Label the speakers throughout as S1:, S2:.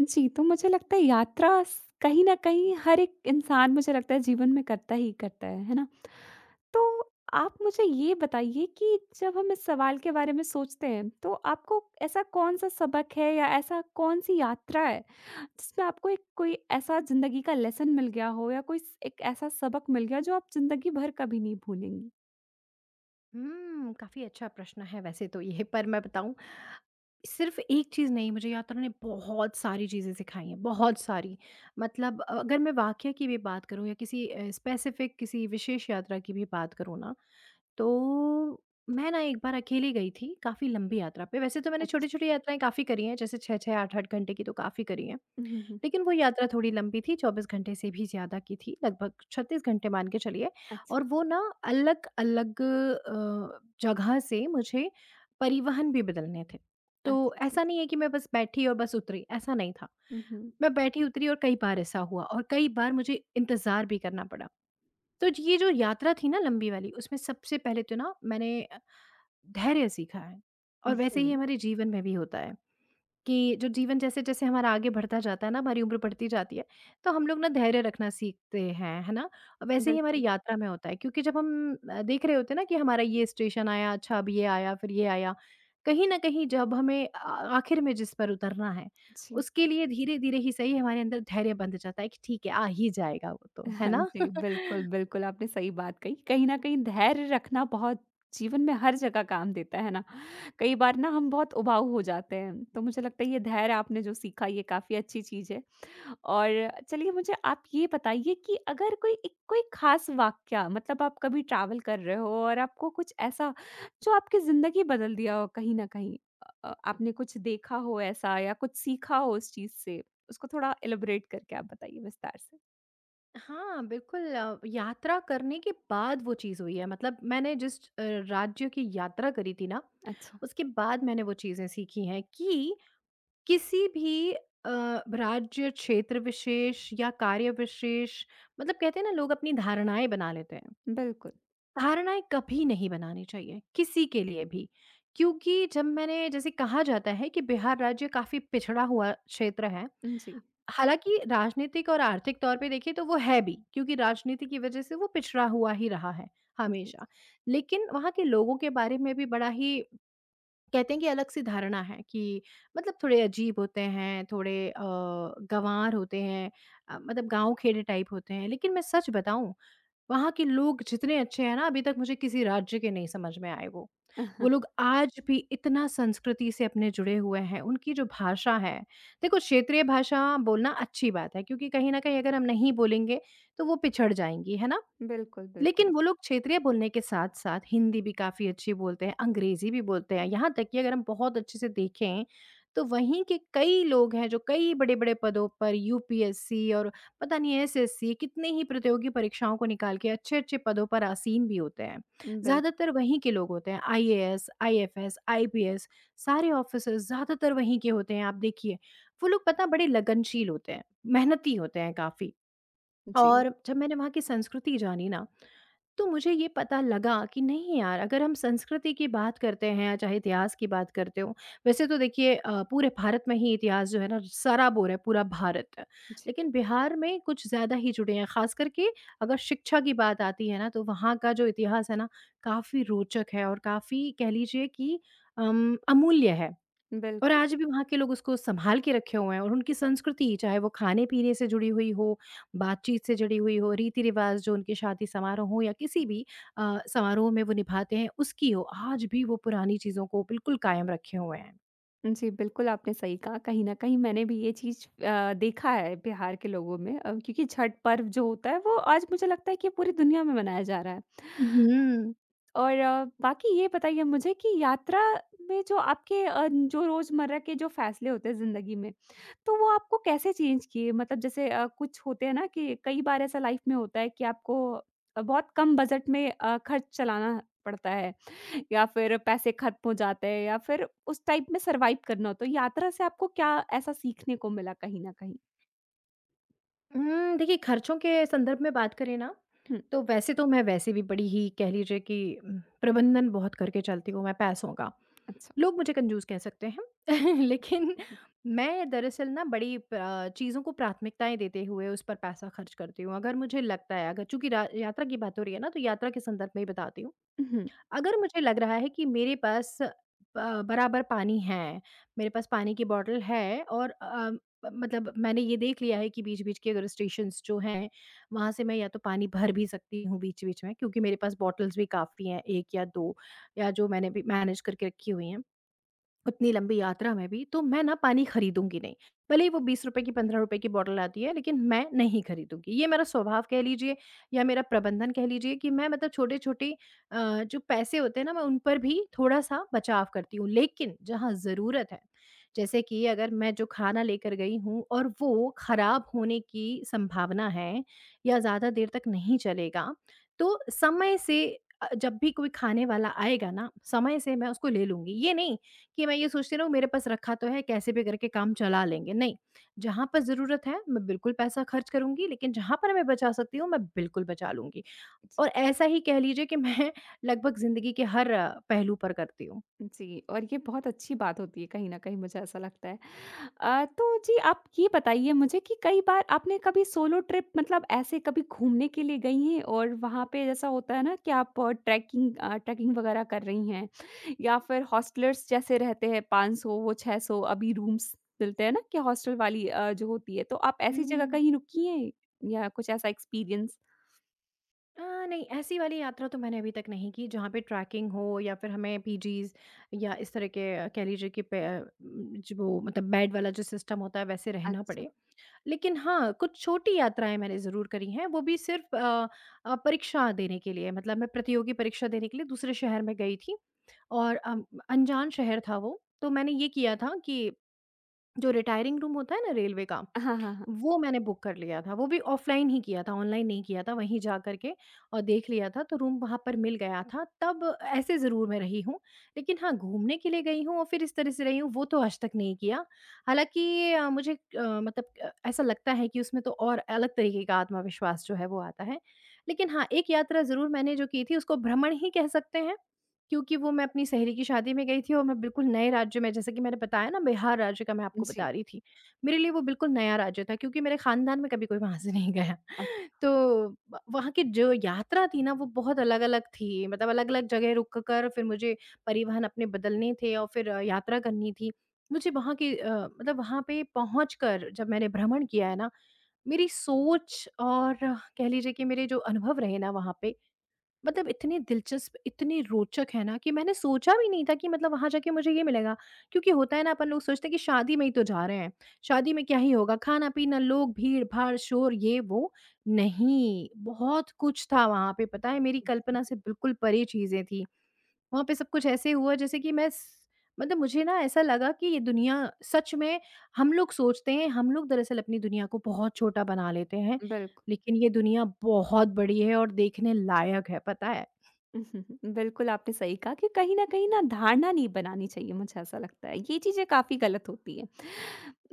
S1: जी, तो मुझे लगता है यात्रा स कहीं न कहीं हर एक इंसान मुझे लगता है जीवन में करता ही करता है ना? तो आप मुझे ये बताइए कि जब हम इस सवाल के बारे में सोचते हैं, तो आपको ऐसा कौन-सा सबक है या ऐसा कौन-सी यात्रा है, जिसमें आपको एक कोई ऐसा ज़िंदगी का लेसन मिल गया हो या कोई स एक ऐसा सबक मिल गया जो आप ज़िंदगी भर कभी नहीं भूलेंगी?
S2: काफ़ी अच्छा प्रश्न है वैसे तो ये पर मैं बताऊँ सिर्फ़ एक चीज़ नहीं, मुझे यात्रा ने बहुत सारी चीज़ें सिखाई हैं, बहुत सारी। मतलब अगर मैं वाक़या की भी बात करूँ या किसी स्पेसिफ़िक किसी विशेष यात्रा की भी बात करूँ ना, तो मैं ना एक बार अकेली गई थी काफ़ी लंबी यात्रा पे। वैसे तो मैंने
S1: अच्छा।
S2: छोटी-छोटी यात्राएँ काफ़ी करी हैं, जैसे 6-6, 8-8 घंटे की तो काफ़ी करी हैं।
S1: हुँ, हुँ, हुँ।
S2: लेकिन वो यात्रा थोड़ी लंबी थी, 24 घंटे से भी ज़्यादा की थी, लगभग 36 घंटे मान के चलिए और
S1: अच्छा,
S2: वो ना अलग-अलग जगह से मुझे परिवहन भी बदलने थे। तो
S1: अच्छा, अच्छा।
S2: ऐसा नहीं है कि मैं बस बैठी और बस उतरी, ऐसा नहीं था।
S1: हुँ, हुँ।
S2: मैं बैठी, उतरी और कई बार ऐसा हुआ और कई बार मुझे इंतज़ार भी करना पड़ा। तो ज ये जो यात्रा थी ना लंबी वाली, उसमें सबसे पहले तो ना मैंने धैर्य सीखा है और वैसे ही
S1: हुँ,
S2: हमारे जीवन में भी होता है। कि जो जीवन जैसे-जैसे हमारा आगे बढ़ता जाता है ना, हमारी उम्र बढ़ती जाती है, तो हम लोग ना धैर्य रखना सीखते हैं, है ना? वैसे ही हमारी
S1: बिल्कुल।
S2: यात्रा में होता है क्योंकि जब हम देख रहे होते हैं ना कि हमारा ये स्टेशन आया, अच्छा अब ये आया, फिर ये आया। कहीं न कहीं जब हमें आखिर में जिस पर उतरना है,
S1: जी।
S2: उसके लिए धीरे-धीरे ही सही हमारे अंदर धैर्य बंध जाता है कि ठीक है, आ ही जाएगा वो तो, है
S1: हाँ
S2: ना?
S1: जी, बिल्कुल, बिल्कुल, आपने सही बात कही। कहीं न कहीं धैर्य रखना बहुत जीवन में हर जगह काम देता है ना? कई बार ना हम बहुत उबाऊ हो जाते हैं, तो मुझे लगता है ये धैर्य आपने जो सीखा ये काफ़ी अच्छी चीज़ है। और चलिए मुझे आप ये बताइए कि अगर कोई एक कोई ख़ास वाक़या मतलब आप कभी ट्रैवल कर रहे हो और आपको कुछ ऐसा जो आपकी ज़िंदगी बदल दिया हो कहीं न कहीं आपने कुछ देखा हो ऐसा या कुछ सीखा हो उस चीज़ से, उसको थोड़ा एलाबोरेट करके आप बताइए विस्तार से?
S2: हाँ, बिल्कुल यात्रा करने के बाद वो चीज़ हुई है। मतलब मैंने जिस राज्य की यात्रा करी थी ना,
S1: अच्छा,
S2: उसके बाद मैंने वो चीज़ें सीखी हैं कि किसी भी अ, राज्य, क्षेत्र विशेष या कार्य विशेष मतलब कहते हैं ना लोग अपनी धारणाएँ बना लेते हैं।
S1: बिल्कुल।
S2: धारणाएँ कभी नहीं बनानी चाहिए, किसी के लिए भी। क्योंकि जब मैंने जैसे कहा जाता है कि बिहार राज्य काफ़ी पिछड़ा हुआ क्षेत्र है।
S1: जी,
S2: हालाँकि राजनीतिक और आर्थिक तौर पे देखिए तो वो है भी, क्योंकि राजनीति की वजह से वो पिछड़ा हुआ ही रहा है,
S1: जी, जी।
S2: हमेशा। लेकिन वहाँ के लोगों के बारे में भी बड़ा ही कहते हैं कि अलग सी धारणा है कि मतलब थोड़े अजीब होते हैं, थोड़े गँवार होते हैं, मतलब गाँव खेड़े टाइप होते हैं। लेकिन मैं सच बताऊँ, वहाँ के लोग जितने अच्छे हैं ना अभी तक मुझे किसी राज्य के नहीं समझ में आए वो। वो लोग आज भी इतना संस्कृति से अपने जुड़े हुए हैं, उनकी जो भाषा है, देखो क्षेत्रीय भाषा बोलना अच्छी बात है क्योंकि कहीं न कहीं अगर हम नहीं बोलेंगे, तो वो पिछड़ जाएँगी, है ना?
S1: बिल्कुल,
S2: लेकिन
S1: बिल्कुल।
S2: वो लोग क्षेत्रीय बोलने के साथ-साथ हिंदी भी काफ़ी अच्छी बोलते हैं, अंग्रेज़ी भी बोलते हैं। यहाँ तक कि अगर हम बहुत अच्छे से देखें, तो वहीं के कई लोग हैं जो कई बड़े-बड़े पदों पर यूपीएससी और पता नहीं एसएससी कितने ही प्रतियोगी परीक्षाओं को निकाल के अच्छे-अच्छे पदों पर आसीन भी होते हैं।
S1: बिल
S2: ज़्यादातर वहीं के लोग होते हैं आईएएस, आईएफएस, आईपीएस, सारे ऑफ़िसर्स ज़्यादातर वहीं के होते हैं आप देखिए। वो लोग पता बड़े लगनशील होते हैं, मेहनती होते हैं काफ़ी।
S1: जी,
S2: और जब मैंने वहाँ की संस्कृति जानी ना, तो मुझे ये पता लगा कि नहीं यार, अगर हम संस्कृति की बात करते हैं या चाहे इतिहास की बात करते हो, वैसे तो देखिए पूरे भारत में ही इतिहास जो है ना सराबोर है, पूरा भारत।
S1: जी।
S2: लेकिन बिहार में कुछ ज़्यादा ही जुड़े हैं, ख़ास करके अगर शिक्षा की बात आती है ना, तो वहाँ का जो इतिहास है ना, काफ़ी रोचक है और काफ़ी कह लीजिए कि अमूल्य है। और
S1: बिल्कुल।
S2: आज भी वहाँ के लोग उसको सँभाल के रखे हुए हैं और उनकी संस्कृति, चाहे वो खाने-पीने से जुड़ी हुई हो, बातचीत से जुड़ी हुई हो, रीति-रिवाज़ जो उनके शादी समारोह हो या किसी भी समारोह में वो निभाते हैं, उसकी हो, आज भी वो पुरानी चीज़ों को बिल्कुल कायम रखे हुए हैं।
S1: जी, बिल्कुल आपने सही कहा। कहीं न कहीं मैंने भी ये चीज़ देखा है बिहार के लोगों में क्योंकि छठ पर्व जो होता है वो आज मुझे लगता है कि पूरी दुनिया में मनाया जा रहा है।
S2: हुँ।
S1: और बाकी ये बताइए मुझे कि यात्रा में जो आपके जो रोज़मर्रा के जो फ़ैसले होते हैं ज़िंदगी में, तो वो आपको कैसे चेंज किए? मतलब जैसे कुछ होते हैं ना कि कई बार ऐसा लाइफ़ में होता है कि आपको बहुत कम बजट में खर्च चलाना पड़ता है या फिर पैसे ख़त्म हो जाते हैं या फिर उस टाइप में सर्वाइव करना हो, तो यात्रा से आपको क्या ऐसा सीखने को मिला कहीं न कहीं?
S2: देखिए खर्चों के संदर्भ में बात करें ना,
S1: हुँ,
S2: तो वैसे तो मैं वैसे भी बड़ी ही कह लीजिए कि प्रबंधन बहुत करके चलती हूँ मैं पैसों का।
S1: अच्छा।
S2: लोग मुझे कंजूस कह सकते हैं लेकिन मैं दरअसल ना बड़ी चीज़ों को प्राथमिकताएं देते हुए उस पर पैसा खर्च करती हूँ, अगर मुझे लगता है, अगर चूंकि यात्रा की बात हो रही है ना, तो यात्रा के संदर्भ में ही बताती हूँ।
S1: हुँ।
S2: अगर मुझे लग रहा है कि मेरे पास बराबर पानी है, मेरे पास पानी की बॉटल है और मतलब मैंने ये देख लिया है कि बीच बीच के अगर स्टेशन जो हैं, वहाँ से मैं या तो पानी भर भी सकती हूँ बीच बीच में क्योंकि मेरे पास बॉटल्स भी काफ़ी हैं एक या दो, या जो मैंने भी मैनेज करके रखी हुई हैं उतनी लंबी यात्रा में भी, तो मैं ना पानी खरीदूँगी नहीं। भले ही वो ₹20 की ₹15 की बॉटल आती है, लेकिन मैं नहीं खरीदूँगी। ये मेरा स्वभाव कह लीजिए या मेरा प्रबंधन कह लीजिए कि मैं मतलब छोटे-छोटे जो पैसे होते हैं ना, मैं उन पर भी थोड़ा-सा बचाव करती हूँ। लेकिन जहाँ ज़रूरत है, जैसे कि अगर मैं जो खाना लेकर गई हूँ और वो खराब होने की संभावना है या ज़्यादा देर तक नहीं चलेगा, तो समय से जब भी कोई खाने वाला आएगा ना, समय से मैं उसको ले लूँगी। ये नहीं कि मैं ये सोचती रहूँ मेरे पास रखा तो है कैसे भी करके काम चला लेंगे, नहीं, जहाँ पर ज़रूरत है मैं बिल्कुल पैसा खर्च करूँगी, लेकिन जहाँ पर मैं बचा सकती हूँ मैं बिल्कुल बचा लूँगी। और ऐसा ही कह लीजिए कि मैं लगभग ज़िंदगी के हर पहलू पर करती हूँ।
S1: जी, और ये बहुत अच्छी बात होती है कहीं न कहीं मुझे ऐसा लगता है। तो जी आप ये बताइए मुझे कि कई बार आपने कभी सोलो ट्रिप मतलब ऐसे कभी घूमने के लिए गई हैं और वहाँ पे जैसा होता है ना कि आप ट्रैकिंग वगैरह कर रही हैं या फिर हॉस्टलर्स जैसे रहते हैं 500 वो 600 अभी रूम्स मिलते हैं ना कि हॉस्टल वाली जो होती है, तो आप
S2: हुँ,
S1: ऐसी जगह
S2: हुँ।
S1: कहीं रुकी हैं या कुछ ऐसा एक्सपीरियंस?
S2: अ, नहीं ऐसी वाली यात्रा तो मैंने अभी तक नहीं की जहाँ पे ट्रैकिंग हो या फिर हमें पीजीज़ या इस तरह के कह लीजिए कि जो मतलब बेड वाला जो सिस्टम होता है वैसे रहना
S1: अच्छा।
S2: पड़े। लेकिन हाँ, कुछ छोटी यात्राएँ मैंने ज़रूर करी हैं, वो भी सिर्फ़ परीक्षा देने के लिए, मतलब मैं प्रतियोगी परीक्षा देने के लिए दूसरे शहर में गई थी और अनजान शहर था वो, तो मैंने ये किया था कि जो रिटायरिंग रूम होता है ना रेलवे का,
S1: हाँ, हाँ, हाँ।
S2: वो मैंने बुक कर लिया था। वो भी ऑफ़लाइन ही किया था, ऑनलाइन नहीं किया था। वहीं जा कर के और देख लिया था, तो रूम वहाँ पर मिल गया था। तब ऐसे ज़रूर मैं रही हूँ, लेकिन हाँ, घूमने के लिए गई हूँ और फिर इस तरह से रही हूँ, वो तो आज तक नहीं किया। हालाँकि मुझे मतलब ऐसा लगता है कि उसमें तो और अलग तरीके का आत्मविश्वास जो है, वो आता है। लेकिन हाँ, एक यात्रा ज़रूर मैंने जो की थी, उसको भ्रमण ही कह सकते हैं। क्योंकि वो मैं अपनी सहेली की शादी में गई थी और मैं बिल्कुल नए राज्य में, जैसे कि मैंने बताया ना बिहार राज्य का मैं आपको बता
S1: जी,
S2: रही थी। मेरे लिए वो बिल्कुल नया राज्य था क्योंकि मेरे ख़ानदान में कभी कोई वहाँ से नहीं गया। तो व वहाँ की जो यात्रा थी ना वो बहुत अलग-अलग थी, मतलब अलग-अलग जगह रुक कर फिर मुझे परिवहन अपने बदलने थे और फिर यात्रा करनी थी। मुझे वहाँ की मतलब वहाँ पे पहुँच कर जब मैंने भ्रमण किया है ना, मेरी सोच और कह लीजिए कि मेरे जो अनुभव रहे ना वहाँ पे, मतलब इतने दिलचस्प, इतने रोचक है ना कि मैंने सोचा भी नहीं था कि मतलब वहाँ जाके मुझे ये मिलेगा। क्योंकि होता है ना अपन लोग सोचते हैं कि शादी में ही तो जा रहे हैं, शादी में क्या ही होगा, खाना-पीना, लोग, भीड़-भाड़, शोर ये वो। नहीं, बहुत कुछ था वहाँ पे पता है, मेरी कल्पना से बिल्कुल परे चीज़ें थी। वहाँ पे सब कुछ ऐसे हुआ जैसे कि मैं स मतलब मुझे ना ऐसा लगा कि ये दुनिया सच में हम लोग सोचते हैं, हम लोग दरअसल अपनी दुनिया को बहुत छोटा बना लेते हैं,
S1: बिल्कुल।
S2: लेकिन ये दुनिया बहुत बड़ी है और देखने लायक है, पता है।
S1: बिल्कुल, आपने सही कहा कि कहीं न कहीं ना धारणा नहीं बनानी चाहिए, मुझे ऐसा लगता है। ये चीज़ें काफ़ी गलत होती हैं।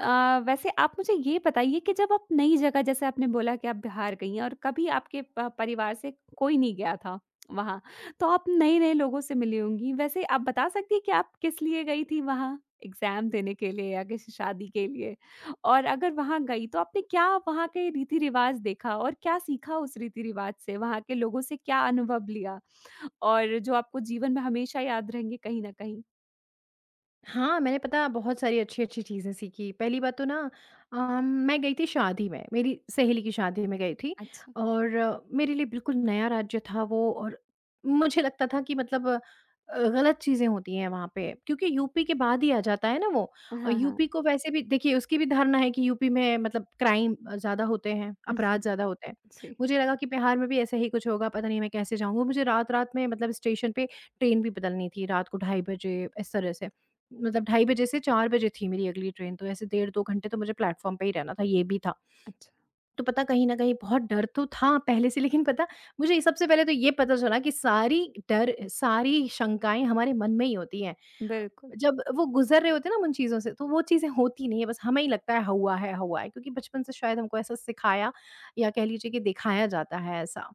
S1: वैसे आप मुझे ये बताइए कि जब आप नई जगह जैसे आपने बोला कि आप बिहार गई हैं और कभी आपके प परिवार से कोई नहीं गया था वहाँ, तो आप नए-नए लोगों से मिली होंगी। वैसे आप बता सकती हैं कि आप किस लिए गई थी वहाँ? एग्ज़ाम देने के लिए या किसी शादी के लिए? और अगर वहाँ गई तो आपने क्या वहाँ के रीति-रिवाज़ देखा और क्या सीखा उस रीति-रिवाज़ से? वहाँ के लोगों से क्या अनुभव लिया? और जो आपको जीवन में हमेशा याद रहेंगे कहीं न कहीं।
S2: हाँ, मैंने पता बहुत सारी अच्छी-अच्छी चीज़ें सीखी। पहली बात तो ना मैं गई थी शादी में, मेरी सहेली की शादी में गई थी
S1: अच्छा।
S2: और मेरे लिए बिल्कुल नया राज्य था वो और मुझे लगता था कि मतलब गलत चीज़ें होती हैं वहाँ पे क्योंकि यूपी के बाद ही आ जाता है ना वो और
S1: हाँ, हाँ।
S2: यूपी को वैसे भी देखिए उसकी भी धारणा है कि यूपी में मतलब क्राइम ज़्यादा होते हैं, अपराध ज़्यादा होते हैं।
S1: जी,
S2: मुझे लगा कि बिहार में भी ऐसा ही कुछ होगा, पता नहीं मैं कैसे जाऊँगी। मुझे रात-रात में मतलब स्टेशन पे ट्रेन भी बदलनी थी, रात को 2:30 बजे, इस तरह से। मतलब 2:30 बजे से 4 बजे थी मेरी अगली ट्रेन, तो ऐसे डेढ़ 2 घंटे तो मुझे प्लेटफ़ॉर्म पे ही रहना था, ये भी था।
S1: अच्छा,
S2: तो पता कहीं न कहीं बहुत डर तो था पहले से, लेकिन पता मुझे सबसे पहले तो ये पता चला कि सारी डर, सारी शंकाएँ हमारे मन में ही होती हैं।
S1: बिल्कुल।
S2: जब वो गुज़र रहे होते हैं ना हम उन चीज़ों से, तो वो चीज़ें होती नहीं है, बस हमें ही लगता है हुआ है, हुआ है, क्योंकि बचपन से शायद हमको ऐसा सिखाया या कह लीजिए कि दिखाया जाता है ऐसा।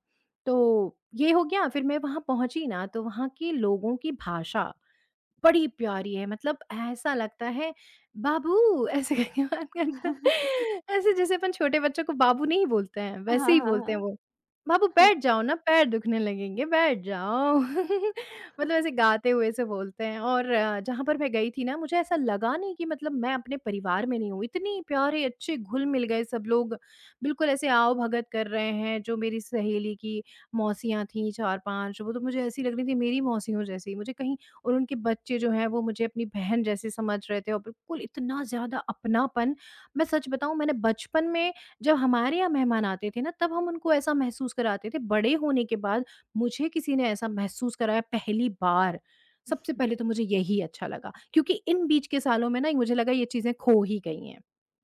S2: तो ये हो गया, फिर मैं वहाँ पहुँची ना, तो वहाँ के लोगों की भाषा बड़ी प्यारी है मतलब ऐसा लगता है बाबू ऐसे करके बात करता है। ऐसे जैसे अपन छोटे बच्चों को बाबू नहीं बोलते हैं
S1: हाँ,
S2: वैसे ही
S1: हाँ,
S2: बोलते हैं
S1: हाँ।
S2: वो। बाबू बैठ जाओ ना पैर दुखने लगेंगे बैठ जाओ। मतलब ऐसे गाते हुए से बोलते हैं और जहाँ पर मैं गई थी ना मुझे ऐसा लगा नहीं कि मतलब मैं अपने परिवार में नहीं हूँ। इतनी प्यारे अच्छे घुल-मिल गए सब लोग। बिल्कुल ऐसे आओ-भगत कर रहे हैं जो मेरी सहेली की मौसियाँ थीं 4-5, वो तो मुझे ऐसी लग रही थी मेरी मौसियों जैसी। मुझे कहीं और उनके बच्चे जो हैं वो मुझे अपनी बहन जैसे समझ रहे थे और बिल्कुल इतना ज़्यादा अपनापन, मैं सच बताऊँ मैंने बचपन में जब हमारे यहाँ मेहमान आते थे ना तब हम उनको ऐसा महसूस कराते थे, बड़े होने के बाद मुझे किसी ने ऐसा महसूस कराया पहली बार। सबसे पहले तो मुझे यही अच्छा लगा क्योंकि इन बीच के सालों में ना मुझे लगा ये चीज़ें खो ही गई हैं,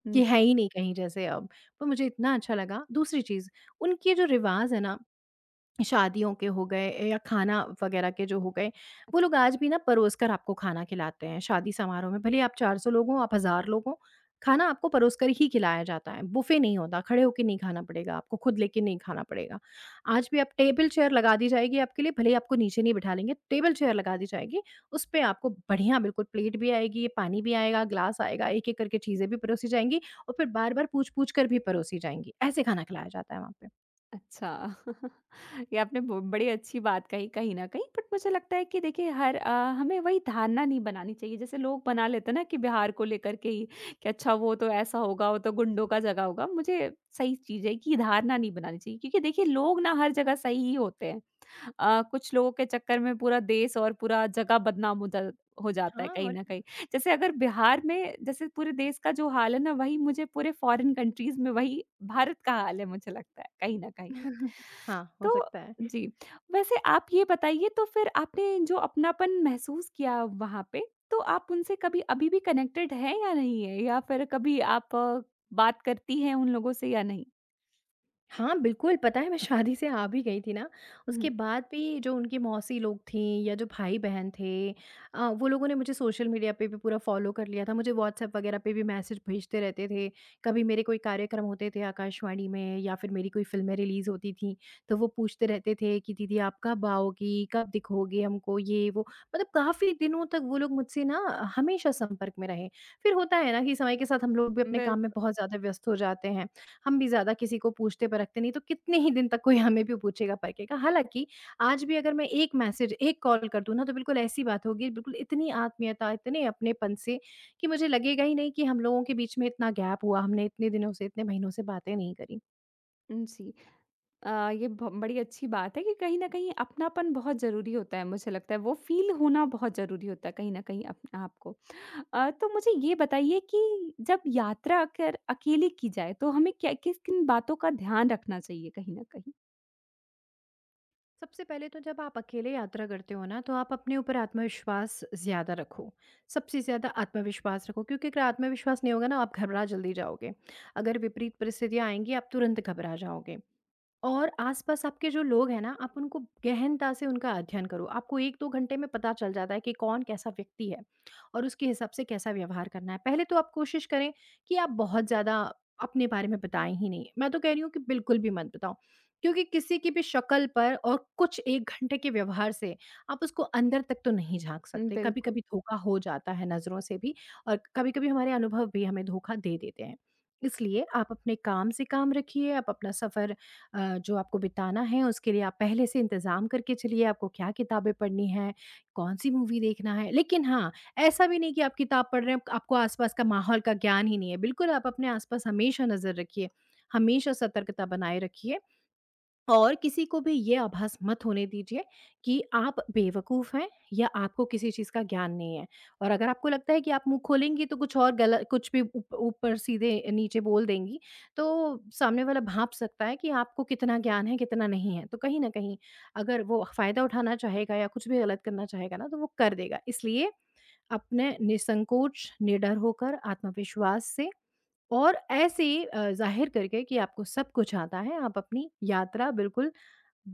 S1: हुँ,
S2: कि है
S1: जी,
S2: ही नहीं कहीं जैसे अब, पर मुझे इतना अच्छा लगा। दूसरी चीज़, उनके जो रिवाज़ है ना शादियों के हो गए या खाना वगैरह के जो हो गए, वो लोग आज भी ना परोस कर आपको खाना खिलाते हैं, शादी समारोह में। भले ही आप 400 लोग हों, आप 1000 लोग हों, खाना आपको परोस कर ही खिलाया जाता है। बुफ़े नहीं होता, खड़े होके नहीं खाना पड़ेगा आपको, खुद लेके नहीं खाना पड़ेगा। आज भी आप टेबल चेयर लगा दी जाएगी आपके लिए, भले ही आपको नीचे नहीं बिठा लेंगे, टेबल चेयर लगा दी जाएगी। उसपे आपको बढ़िया बिल्कुल प्लेट भी आएगी, पानी भी आएगा, ग्लास आएगा, एक-एक करके चीज़ें भी परोसी जाएँगी और फिर बार-बार पूछ-पूछ कर भी परोसी जाएँगी। ऐसे खाना खिलाया जाता है वहाँ पे।
S1: अच्छा। ये आपने ब बड़ी अच्छी बात कही कहीं न कहीं, बट मुझे लगता है कि देखिए हर हमें वही धारणा नहीं बनानी चाहिए। जैसे लोग बना लेते हैं ना कि बिहार को लेकर के ही कि अच्छा वो तो ऐसा होगा, वो तो गुंडों का जगह होगा। मुझे सही चीज़ है कि ये धारणा नहीं बनानी चाहिए क्योंकि देखिए लोग ना हर जगह सही ही होते हैं। कुछ लोगों के चक्कर में पूरा देश और पूरा जगह बदनाम हो जा हो जाता है
S2: हाँ,
S1: कहीं
S2: और
S1: न
S2: क्या।
S1: कहीं। जैसे अगर बिहार में जैसे पूरे देश का जो हाल है ना, वही मुझे पूरे फ़ॉरेन कंट्रीज़ में वही भारत का हाल है मुझे लगता है, कहीं न कहीं।
S2: हाँ, हो
S1: तो
S2: सकता है।
S1: जी, वैसे आप ये बताइए तो फिर आपने जो अपनापन महसूस किया वहाँ पे, तो आप उनसे कभी अभी भी कनेक्टेड हैं या नहीं है? या फिर कभी आप बात करती हैं उन लोगों से या नहीं?
S2: हाँ, बिल्कुल, पता है मैं शादी से आ भी गई थी ना,
S1: हुँ।
S2: उसके बाद भी जो उनकी मौसी लोग थीं या जो भाई-बहन थे वो लोगों ने मुझे सोशल मीडिया पे भी पूरा फ़ॉलो कर लिया था। मुझे व्हाट्सएप वगैरह पे भी मैसेज भेजते रहते थे। कभी मेरे कोई कार्यक्रम होते थे आकाशवाणी में या फिर मेरी कोई फ़िल्में रिलीज़ होती थीं, तो वो पूछते रहते थे कि दीदी आप कब आओगी? कब दिखोगे हमको? ये, वो मतलब काफ़ी दिनों तक वो लोग मुझसे ना हमेशा संपर्क में रहे। फिर होता है ना कि समय के साथ हम लोग भी अपने
S1: बिल
S2: काम में बहुत ज़्यादा व्यस्त हो जाते हैं। हम भी ज़्यादा किसी को पूछते परखते नहीं, तो कितने ही दिन तक कोई हमें भी पूछेगा परखेगा। हालाँकि आज भी अगर मैं एक मैसेज, एक कॉल कर दूँ ना, तो बिल्कुल ऐसी बात होगी, बिल्कुल इतनी आत्मीयता, इतने अपनेपन से कि मुझे लगेगा ही नहीं कि हम लोगों के बीच में इतना गैप हुआ, हमने इतने दिनों से, इतने महीनों से बातें नहीं करी।
S1: जी। ये ब बड़ी अच्छी बात है कि कहीं न कहीं अपनापन बहुत ज़रूरी होता है, मुझे लगता है वो फ़ील होना बहुत ज़रूरी होता है कहीं न कहीं अप आपको। तो मुझे ये बताइए कि जब यात्रा अगर अकेले की जाए तो हमें क्या किस किन बातों का ध्यान रखना चाहिए कहीं न कहीं?
S2: सबसे पहले तो जब आप अकेले यात्रा करते हो ना, तो आप अपने ऊपर आत्मविश्वास ज़्यादा रखो। सबसे ज़्यादा आत्मविश्वास रखो क्योंकि अगर आत्मविश्वास नहीं होगा ना, आप घबरा जल्दी जाओगे। अगर विपरीत परिस्थितियाँ आएँगी, आप तुरंत घबरा जाओगे। और आस-पास आपके जो लोग हैं ना, आप उनको गहनता से उनका अध्ययन करो। आपको 1-2 घंटे में पता चल जाता है कि कौन कैसा व्यक्ति है और उसके हिसाब से कैसा व्यवहार करना है। पहले तो आप कोशिश करें कि आप बहुत ज़्यादा अपने बारे में बताएँ ही नहीं। मैं तो कह रही हूँ कि बिल्कुल भी मत बताओ, क्योंकि किसी की भी शक्ल पर और कुछ 1 घंटे के व्यवहार से आप उसको अंदर तक तो नहीं झाँक सकते।
S1: बिल्कुल।
S2: कभी-कभी धोखा हो जाता है नज़रों से भी और कभी-कभी हमारे अनुभव भी हमें धोखा दे देते हैं। इसलिए आप अपने काम से काम रखिए, आप अपना सफ़र जो आपको बिताना है उसके लिए आप पहले से इंतज़ाम करके चलिए आपको क्या किताबें पढ़नी है, कौन-सी मूवी देखना है। लेकिन हाँ, ऐसा भी नहीं कि आप किताब पढ़ रहे हैं, आपको आसपास का माहौल का ज्ञान ही नहीं है। बिल्कुल आप अपने आसपास हमेशा नज़र रखिए, हमेशा सतर्कता बनाए रखिए और किसी को भी ये आभास मत होने दीजिए कि आप बेवकूफ़ हैं या आपको किसी चीज़ का ज्ञान नहीं है। और अगर आपको लगता है कि आप मुँह खोलेंगी तो कुछ और गल कुछ भी ऊप ऊपर सीधे नीचे बोल देंगी, तो सामने वाला भाँप सकता है कि आपको कितना ज्ञान है, कितना नहीं है। तो कहीं न कहीं अगर वो फ़ायदा उठाना चाहेगा या कुछ भी गलत करना चाहेगा ना, तो वो कर देगा। इसलिए अपने निसंकोच, निडर होकर, आत्मविश्वास से और ऐसे ज़ाहिर करके कि आपको सब कुछ आता है, आप अपनी यात्रा बिल्कुल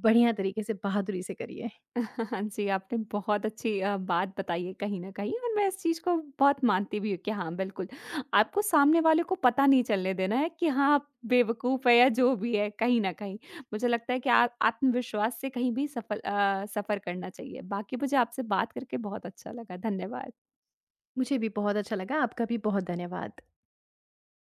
S2: बढ़िया तरीके से बहादुरी से करिए।
S1: हाँ जी, आपने बहुत अच्छी बात बताई है कहीं न कहीं और मैं इस चीज़ को बहुत मानती भी हूँ कि हाँ, बिल्कुल, आपको सामने वाले को पता नहीं चलने देना है कि हाँ, आप बेवकूफ़ है या जो भी है कहीं न कहीं। मुझे लगता है कि आ आत्मविश्वास से कहीं भी सफल सफ़र करना चाहिए। बाकी मुझे आपसे बात करके बहुत अच्छा लगा। धन्यवाद।
S2: मुझे भी बहुत अच्छा लगा, आपका भी बहुत धन्यवाद।